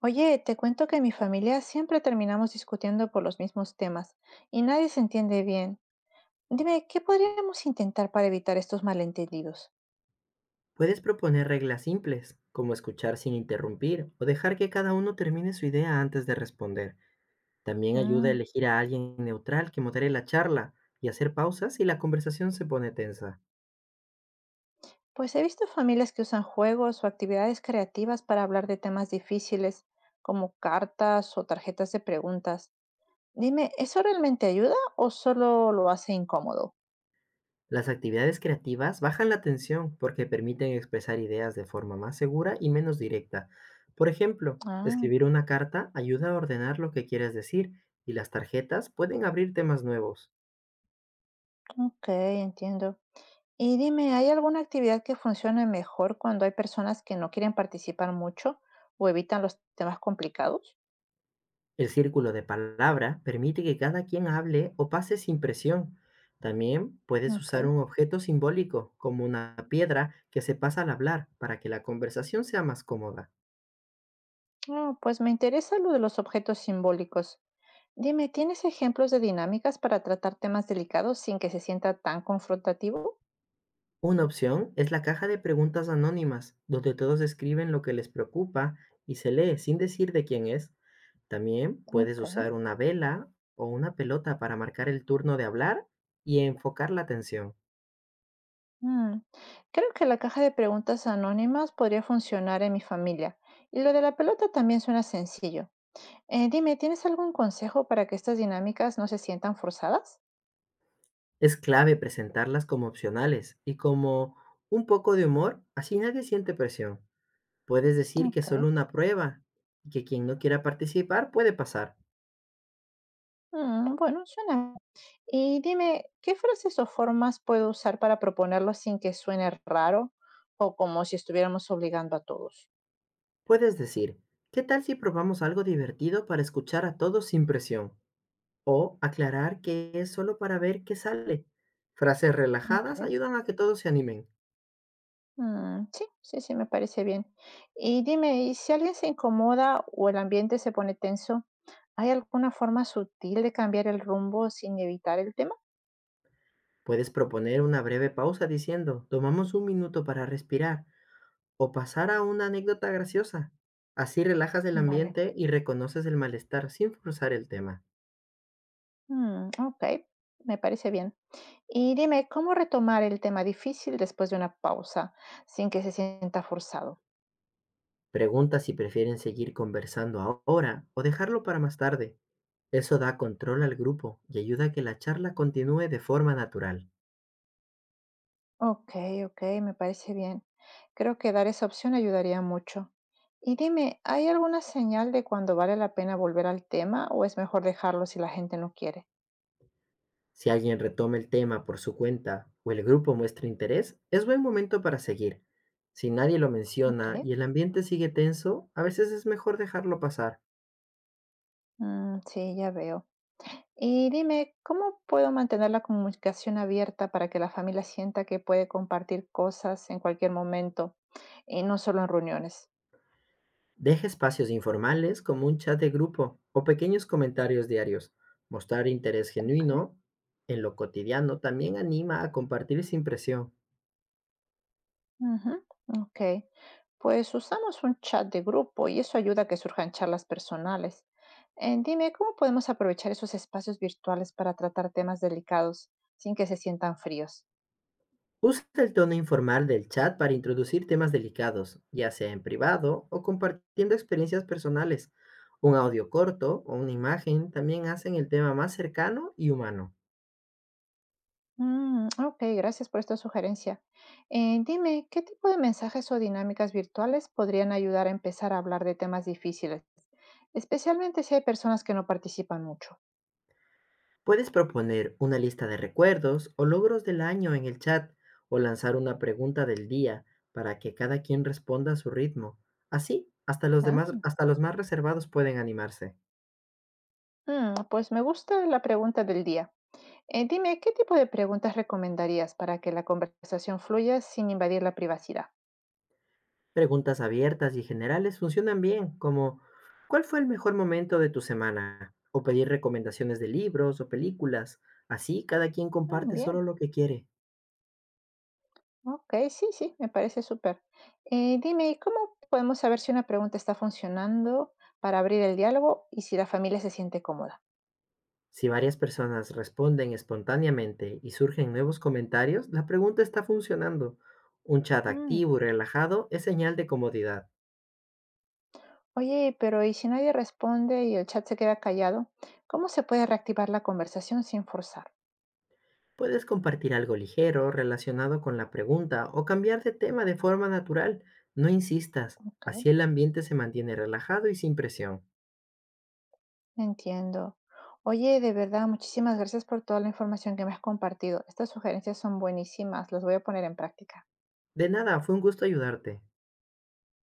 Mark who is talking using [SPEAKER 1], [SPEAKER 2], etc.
[SPEAKER 1] Oye, te cuento que en mi familia siempre terminamos discutiendo por los mismos temas y nadie se entiende bien. Dime, ¿qué podríamos intentar para evitar estos malentendidos?
[SPEAKER 2] Puedes proponer reglas simples, como escuchar sin interrumpir o dejar que cada uno termine su idea antes de responder. También ayuda a
[SPEAKER 1] Mm,
[SPEAKER 2] elegir a alguien neutral que modere la charla y hacer pausas si la conversación se pone tensa.
[SPEAKER 1] pues he visto familias que usan juegos o actividades creativas para hablar de temas difíciles, como cartas o tarjetas de preguntas. Dime, ¿eso realmente ayuda o solo lo hace incómodo?
[SPEAKER 2] Las actividades creativas bajan la tensión porque permiten expresar ideas de forma más segura y menos directa. Por ejemplo,
[SPEAKER 1] Ah,
[SPEAKER 2] escribir una carta ayuda a ordenar lo que quieres decir y las tarjetas pueden abrir temas nuevos.
[SPEAKER 1] ok, entiendo. Y dime, ¿hay alguna actividad que funcione mejor cuando hay personas que no quieren participar mucho o evitan los temas complicados?
[SPEAKER 2] El círculo de palabras permite que cada quien hable o pase sin presión. También puedes
[SPEAKER 1] Ok.
[SPEAKER 2] usar un objeto simbólico, como una piedra que se pasa al hablar, para que la conversación sea más cómoda.
[SPEAKER 1] Ah, pues me interesa lo de los objetos simbólicos. Dime, ¿tienes ejemplos de dinámicas para tratar temas delicados sin que se sienta tan confrontativo?
[SPEAKER 2] Una opción es la caja de preguntas anónimas, donde todos escriben lo que les preocupa y se lee sin decir de quién es. También puedes
[SPEAKER 1] Ok.
[SPEAKER 2] usar una vela o una pelota para marcar el turno de hablar y enfocar la atención.
[SPEAKER 1] Mm. Creo que la caja de preguntas anónimas podría funcionar en mi familia. Y lo de la pelota también suena sencillo. Dime, ¿tienes algún consejo para que estas dinámicas no se sientan forzadas?
[SPEAKER 2] Es clave presentarlas como opcionales y como un poco de humor, así nadie siente presión. Puedes decir que es
[SPEAKER 1] Ok.
[SPEAKER 2] solo una prueba y que quien no quiera participar puede pasar.
[SPEAKER 1] Mm, bueno, suena. Y dime, ¿qué frases o formas puedo usar para proponerlo sin que suene raro o como si estuviéramos obligando a todos?
[SPEAKER 2] Puedes decir, ¿qué tal si probamos algo divertido para escuchar a todos sin presión? O aclarar que es solo para ver qué sale. Frases
[SPEAKER 1] Ok.
[SPEAKER 2] relajadas ayudan a que todos se animen.
[SPEAKER 1] Mm, sí, sí, sí, me parece bien. Y dime, ¿y si alguien se incomoda o el ambiente se pone tenso, hay alguna forma sutil de cambiar el rumbo sin evitar el tema?
[SPEAKER 2] Puedes proponer una breve pausa diciendo, tomamos un minuto para respirar o pasar a una anécdota graciosa. Así relajas el
[SPEAKER 1] Vale.
[SPEAKER 2] ambiente y reconoces el malestar sin forzar el tema.
[SPEAKER 1] Mm, ok, me parece bien. Y dime, ¿cómo retomar el tema difícil después de una pausa sin que se sienta forzado?
[SPEAKER 2] Pregunta si prefieren seguir conversando ahora o dejarlo para más tarde. Eso da control al grupo y ayuda a que la charla continúe de forma natural.
[SPEAKER 1] Ok, ok, me parece bien. Creo que dar esa opción ayudaría mucho. Y dime, ¿hay alguna señal de cuando vale la pena volver al tema o es mejor dejarlo si la gente no quiere?
[SPEAKER 2] Si alguien retoma el tema por su cuenta o el grupo muestra interés, es buen momento para seguir. Si nadie lo
[SPEAKER 1] Ok,
[SPEAKER 2] menciona y el ambiente sigue tenso, a veces es mejor dejarlo pasar.
[SPEAKER 1] mm, sí, ya veo. Y dime, ¿cómo puedo mantener la comunicación abierta para que la familia sienta que puede compartir cosas en cualquier momento y no solo en reuniones?
[SPEAKER 2] Deja espacios informales como un chat de grupo o pequeños comentarios diarios. Mostrar interés
[SPEAKER 1] Ok.
[SPEAKER 2] genuino en lo cotidiano también anima a compartir sin presión.
[SPEAKER 1] Ujú, ok. Pues usamos un chat de grupo y eso ayuda a que surjan charlas personales. Dime, ¿cómo podemos aprovechar esos espacios virtuales para tratar temas delicados sin que se sientan fríos?
[SPEAKER 2] Usa el tono informal del chat para introducir temas delicados, ya sea en privado o compartiendo experiencias personales. Un audio corto o una imagen también hacen el tema más cercano y humano.
[SPEAKER 1] Mm, ok, gracias por esta sugerencia. Dime, ¿qué tipo de mensajes o dinámicas virtuales podrían ayudar a empezar a hablar de temas difíciles, especialmente si hay personas que no participan mucho?
[SPEAKER 2] Puedes proponer una lista de recuerdos o logros del año en el chat o lanzar una pregunta del día para que cada quien responda a su ritmo. Así,
[SPEAKER 1] Ah,
[SPEAKER 2] hasta los más reservados pueden animarse.
[SPEAKER 1] pues me gusta la pregunta del día. Dime, ¿qué tipo de preguntas recomendarías para que la conversación fluya sin invadir la privacidad?
[SPEAKER 2] Preguntas abiertas y generales funcionan bien, como, ¿cuál fue el mejor momento de tu semana?, o pedir recomendaciones de libros o películas. Así cada quien
[SPEAKER 1] Mm,
[SPEAKER 2] comparte solo
[SPEAKER 1] bien,
[SPEAKER 2] lo que quiere.
[SPEAKER 1] ok, sí, sí, me parece súper. Dime, ¿y cómo podemos saber si una pregunta está funcionando para abrir el diálogo y si la familia se siente cómoda?
[SPEAKER 2] Si varias personas responden espontáneamente y surgen nuevos comentarios, la pregunta está funcionando. Un chat
[SPEAKER 1] Mm,
[SPEAKER 2] activo y relajado es señal de comodidad.
[SPEAKER 1] Oye, pero ¿y si nadie responde y el chat se queda callado? ¿Cómo se puede reactivar la conversación sin forzar?
[SPEAKER 2] Puedes compartir algo ligero relacionado con la pregunta o cambiar de tema de forma natural. No insistas,
[SPEAKER 1] Ok.
[SPEAKER 2] así el ambiente se mantiene relajado y sin presión.
[SPEAKER 1] Entiendo. Oye, de verdad, muchísimas gracias por toda la información que me has compartido. Estas sugerencias son buenísimas, las voy a poner en práctica.
[SPEAKER 2] De nada, fue un gusto ayudarte.